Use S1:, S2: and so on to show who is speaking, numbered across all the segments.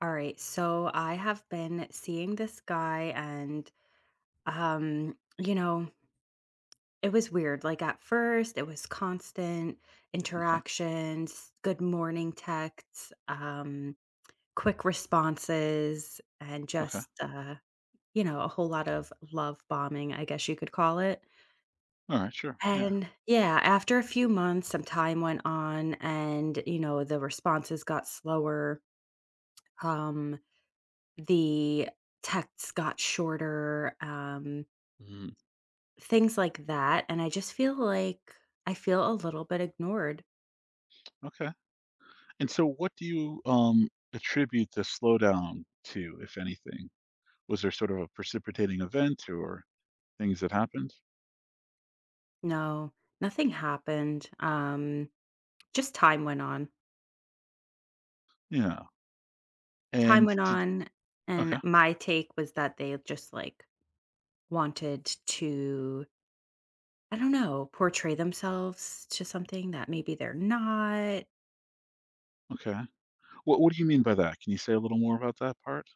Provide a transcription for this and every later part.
S1: All right. So I have been seeing this guy, and um, you know, it was weird. Like at first it was constant
S2: Okay,
S1: interactions, good morning texts, quick responses, and
S2: okay.
S1: just a whole lot of love bombing, I guess you could call it.
S2: Alright, sure, yeah.
S1: And yeah, after a few months, some time went on and, you know, the responses got slower. Um, the texts got shorter,
S2: Mhm,
S1: things like that. And I feel a little bit ignored.
S2: okay. And so what do you, attribute the slowdown to, if anything? Was there sort of a precipitating event or things that happened?
S1: No, nothing happened. Just time went on.
S2: Yeah,
S1: Time
S2: and
S1: went
S2: did
S1: on. And
S2: okay,
S1: my take was that they just like wanted to, I don't know, portray themselves to something that maybe they're not.
S2: okay. What do you mean by that? Can you say a little more about that part?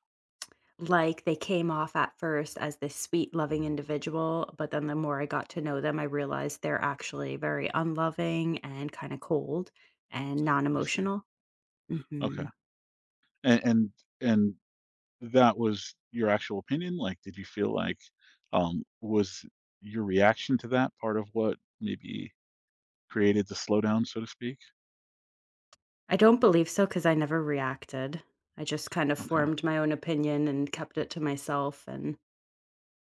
S1: Like, they came off at first as this sweet, loving individual, but then the more I got to know them, I realized they're actually very unloving and kinda cold and
S2: I see.
S1: non-emotional.
S2: Okay,
S1: Mhm.
S2: and and and that was your actual opinion? Like, did you feel like, was your reaction to that part of what maybe created the slowdown, so to speak?
S1: I don't believe so because I never reacted. I just kind of
S2: Okay,
S1: formed my own opinion and kept it to myself, and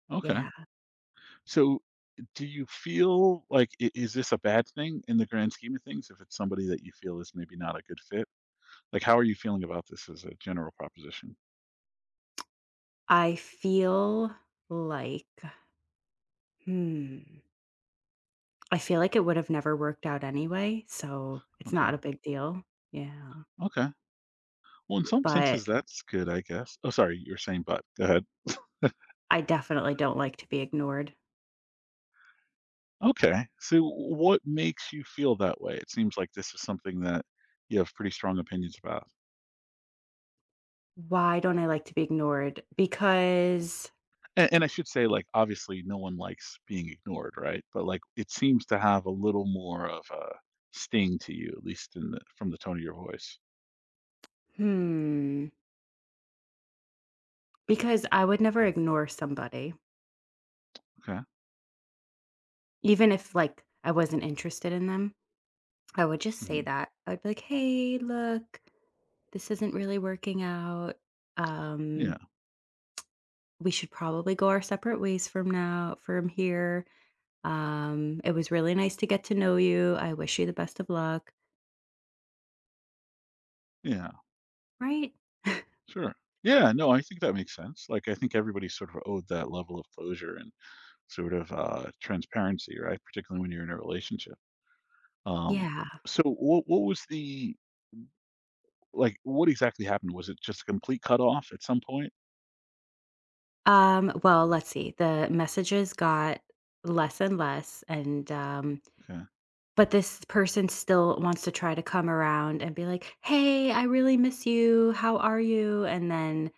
S2: okay.
S1: yeah.
S2: So, do you feel like I is this a bad thing in the grand scheme of things if it's somebody that you feel is maybe not a good fit? Like, how are you feeling about this as a general proposition?
S1: I feel like hmm, I feel like it would have never worked out anyway, so it's
S2: Okay,
S1: not a big deal. Yeah.
S2: okay. Well, in some
S1: But
S2: senses, that's good, I guess. Oh, sorry, you were saying but. Go ahead.
S1: I definitely don't like to be ignored.
S2: Okay. So, what makes you feel that way? It seems like this is something that you have pretty strong opinions about.
S1: Why don't I like to be ignored?
S2: And I should say, like, obviously, no one likes being ignored, right? But like, it seems to have a little more of a sting to you, at least in from the tone of your voice.
S1: Hmm, because I would never ignore somebody,
S2: Okay.
S1: even if like I wasn't interested in them. I would just say
S2: Mhm.
S1: that. I'd be like, hey, look, this isn't really working out.
S2: Yeah.
S1: Um, we should probably go our separate ways from now, from here. It was really nice to get to know you. I wish you the best of luck.
S2: Yeah.
S1: Right?
S2: Sure. Yeah. No, I think that makes sense. Like, I think everybody sort of owed that level of closure and sort of transparency, right? Particularly when you're in a relationship. Um,
S1: Yeah.
S2: so, what was the like? What exactly happened? Was it just a complete cutoff at some point?
S1: Well, let's see. The messages got less and less, and
S2: Okay.
S1: but this person still wants to try to come around and be like, "Hey, I really miss you. How are you?" And then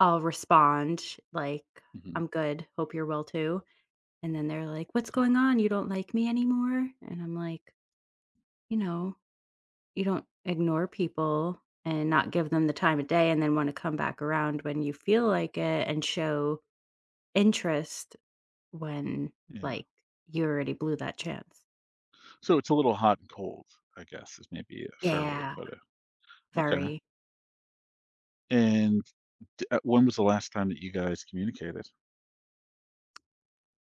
S1: I'll respond like,
S2: hmm
S1: "I'm good. Hope you're well too." And then they're like, "What's
S2: okay.
S1: going on? You don't like me anymore?" And I'm like, "You know, you don't ignore people and not give them the time of day and then want to come back around when you feel like it and show interest when
S2: Yeah.
S1: like you already blew that chance."
S2: So it's a little hot and cold, I guess, is maybe a fair way to
S1: Yeah,
S2: put it. Okay.
S1: very.
S2: And when was the last time that you guys communicated?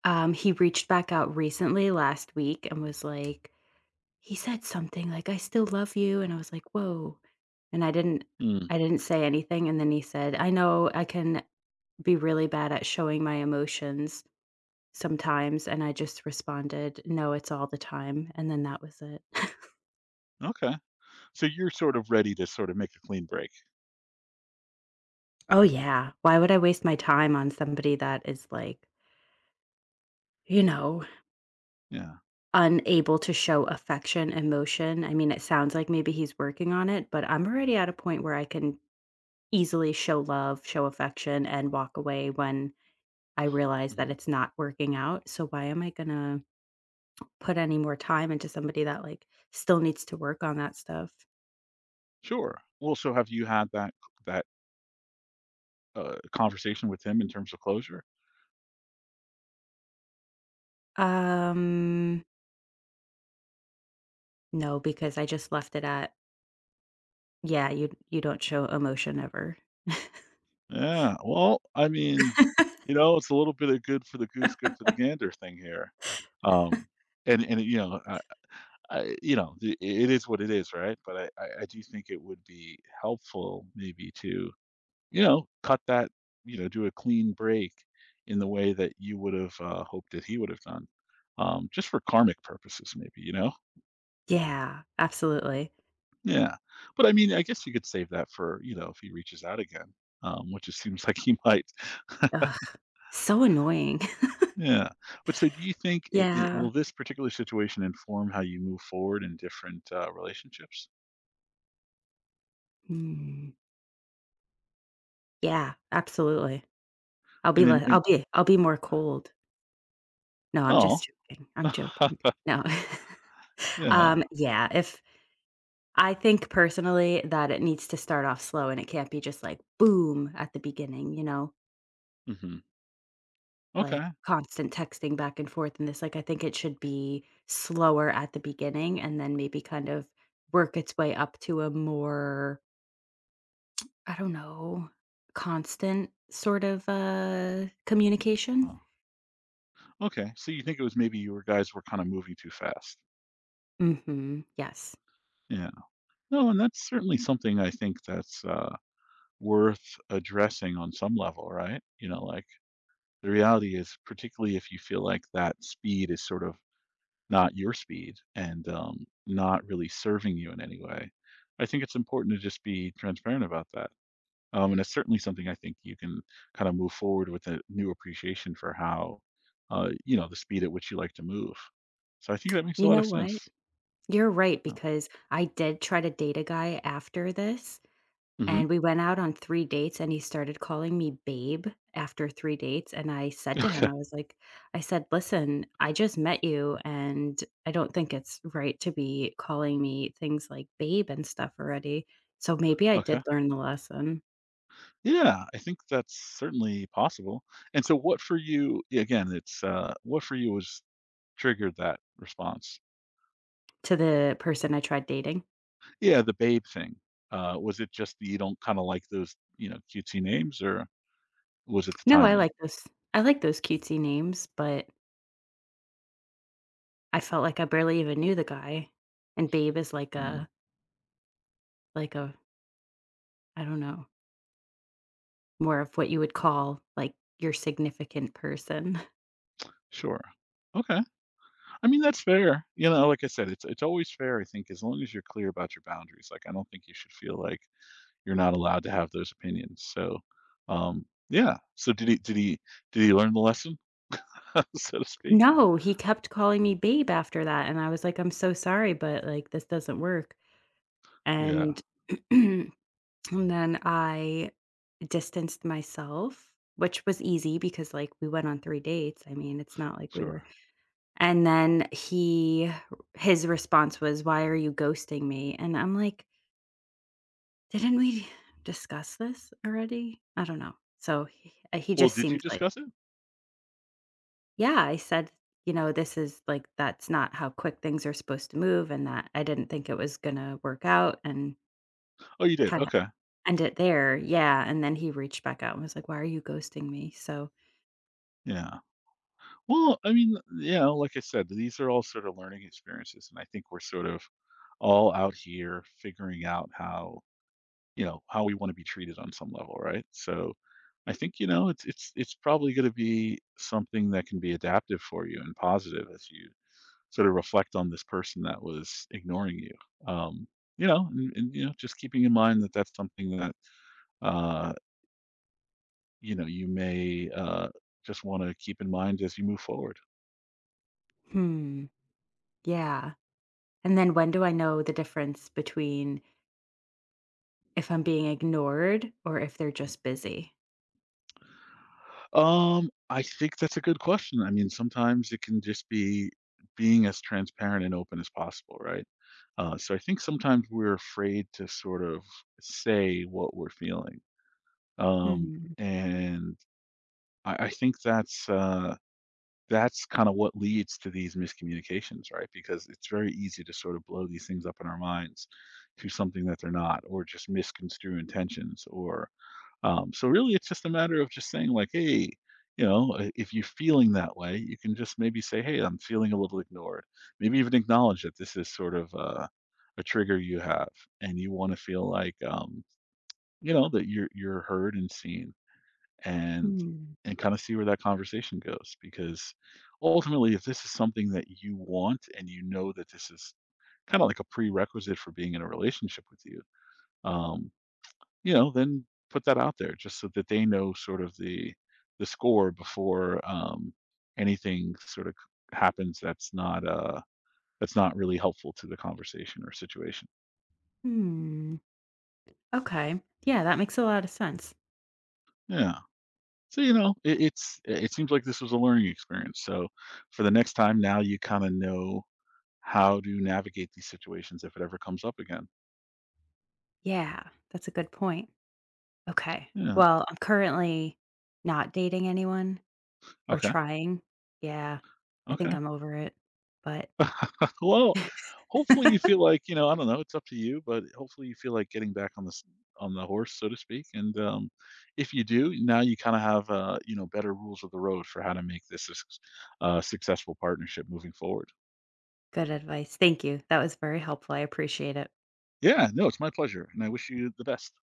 S1: He reached back out recently last week and was like he said something like, "I still love you," and I was like, "Whoa." And I didn't
S2: Mm.
S1: I didn't say anything, and then he said, "I know I can be really bad at showing my emotions sometimes," and I just responded, "No, it's all the time," and then that was it.
S2: Okay. So you're sort of ready to sort of make a clean break.
S1: Oh, yeah. Why would I waste my time on somebody that is like, you know,
S2: Yeah.
S1: unable to show affection, emotion? I mean, it sounds like maybe he's working on it, but I'm already at a point where I can easily show love, show affection, and walk away when I realize that
S2: Mhm.
S1: it's not working out. So why am I gonna put any more time into somebody that like still needs to work on that stuff?
S2: Sure. Well, so have you had that conversation with him in terms of closure?
S1: Um, no, because I just left it at yeah, you don't show emotion ever.
S2: Yeah. Well, I mean, you know, it's a little bit of good for the goose, good for the gander thing here. Um, and you know, I you know, I it is what it is, right? But I do think it would be helpful maybe to, you know, cut that, you know, do a clean break in the way that you would have, hoped that he would have done, just for karmic purposes maybe, you know?
S1: Yeah, absolutely.
S2: Yeah. But I mean, I guess you could save that for, you know, if he reaches out again, which it seems like he might.
S1: Ugh, so annoying.
S2: Yeah. But so do you think
S1: Yeah.
S2: will this particular situation inform how you move forward in different relationships?
S1: Mm, yeah, absolutely. I'll be
S2: And in,
S1: like
S2: in
S1: I'll be I'll be more cold. No, I'm
S2: oh,
S1: just joking. I'm joking. No.
S2: yeah.
S1: Yeah, if I think personally that it needs to start off slow and it can't be just like boom at the beginning, you know,
S2: hmm
S1: like
S2: Okay.
S1: constant texting back and forth and this. Like, I think it should be slower at the beginning and then maybe kind of work its way up to a more, I don't know, constant sort of communication.
S2: uh Okay. So you think it was maybe your guys were kind of moving too fast.
S1: Yes.
S2: Yeah. No, and that's certainly something I think that's worth addressing on some level, right? You know, like, the reality is, particularly if you feel like that speed is sort of not your speed and not really serving you in any way, I think it's important to just be transparent about that. And it's certainly something I think you can kind of move forward with a new appreciation for how, you know, the speed at which you like to move. So I think that makes a
S1: You
S2: lot
S1: know
S2: of
S1: what?
S2: sense.
S1: You're right
S2: Oh.
S1: because I did try to date a guy after this.
S2: hmm
S1: And we went out on 3 dates, and he started calling me babe after 3 dates, and I said to him,
S2: Okay.
S1: I was like I said, "Listen, I just met you, and I don't think it's right to be calling me things like babe and stuff already, so maybe I did
S2: Okay.
S1: learn the lesson,"
S2: Yeah, I think that's certainly possible. And so, what for you? Again, it's what for you was triggered that response.
S1: to the person I tried dating.
S2: Yeah, the Babe thing. Was it just that you don't kinda like those, you know, cutesy names, or was it the
S1: No,
S2: timing?
S1: I like those cutesy names, but I felt like I barely even knew the guy, and babe is
S2: Hmm,
S1: like a I don't know, more of what you would call, like, your significant person.
S2: sure. Okay. I mean, that's fair. You know, like I said, it's always fair, I think, as long as you're clear about your boundaries. Like, I don't think you should feel like you're not allowed to have those opinions. So, yeah. So did he learn the lesson, so to speak?
S1: No, he kept calling me babe after that, and I was like, "I'm so sorry, but, like, this doesn't work."
S2: Yeah,
S1: And and then I distanced myself, which was easy because, like, we went on 3 dates, I mean, it's not like we were
S2: sure.
S1: and then he his response was, "Why are you ghosting me?" And I'm like, "Didn't we discuss this already?" I don't know. So, he
S2: Well,
S1: just
S2: did you
S1: seemed like,
S2: discuss it?
S1: yeah, I said, you know, this is like that's not how quick things are supposed to move and that I didn't think it was going to work out and
S2: Oh, you did?
S1: kind of
S2: Okay.
S1: end it there. Yeah, and then he reached back out and was like, "Why are you ghosting me?" So,
S2: Yeah. Well, I mean, you know, like I said, these are all sort of learning experiences, and I think we're sort of all out here figuring out how, you know, how we want to be treated on some level, right? So I think, you know, it's probably going to be something that can be adaptive for you and positive as you sort of reflect on this person that was ignoring you. Um, you know, and you know, just keeping in mind that that's something that uh, you know, you may just want to keep in mind as you move forward.
S1: hmm, yeah. And then when do I know the difference between if I'm being ignored or if they're just busy?
S2: I think that's a good question. I mean, sometimes it can just be being as transparent and open as possible, right? So I think sometimes we're afraid to sort of say what we're feeling. Um,
S1: Hmm.
S2: and I think that's kind of what leads to these miscommunications, right? Because it's very easy to sort of blow these things up in our minds to something that they're not, or just misconstrue intentions, or so really, it's just a matter of just saying like, hey, you know, if you're feeling that way, you can just maybe say, hey, I'm feeling a little ignored. Maybe even acknowledge that this is sort of a trigger you have, and you want to feel like, you know, that you're heard and seen, and
S1: Hmm.
S2: and kind of see where that conversation goes. Because ultimately, if this is something that you want, and you know that this is kind of like a prerequisite for being in a relationship with you, um, you know, then put that out there just so that they know sort of the score before anything sort of happens that's not really helpful to the conversation or situation.
S1: Hmm. Okay. Yeah, that makes a lot of sense.
S2: Yeah. So you know, it, it's it it seems like this was a learning experience. So for the next time, now you kind of know how to navigate these situations if it ever comes up again.
S1: Yeah, that's a good point. Okay.
S2: Yeah.
S1: Well, I'm currently not dating anyone. Or
S2: Okay.
S1: trying. Yeah. I think
S2: Okay.
S1: I'm over it, but
S2: Well, hopefully you feel like, you know, I don't know, it's up to you, but hopefully you feel like getting back on this on the horse, so to speak. And if you do, now you kind of have, you know, better rules of the road for how to make this a successful partnership moving forward.
S1: good advice. Thank you. That was very helpful. I appreciate it.
S2: Yeah, no, it's my pleasure, and I wish you the best.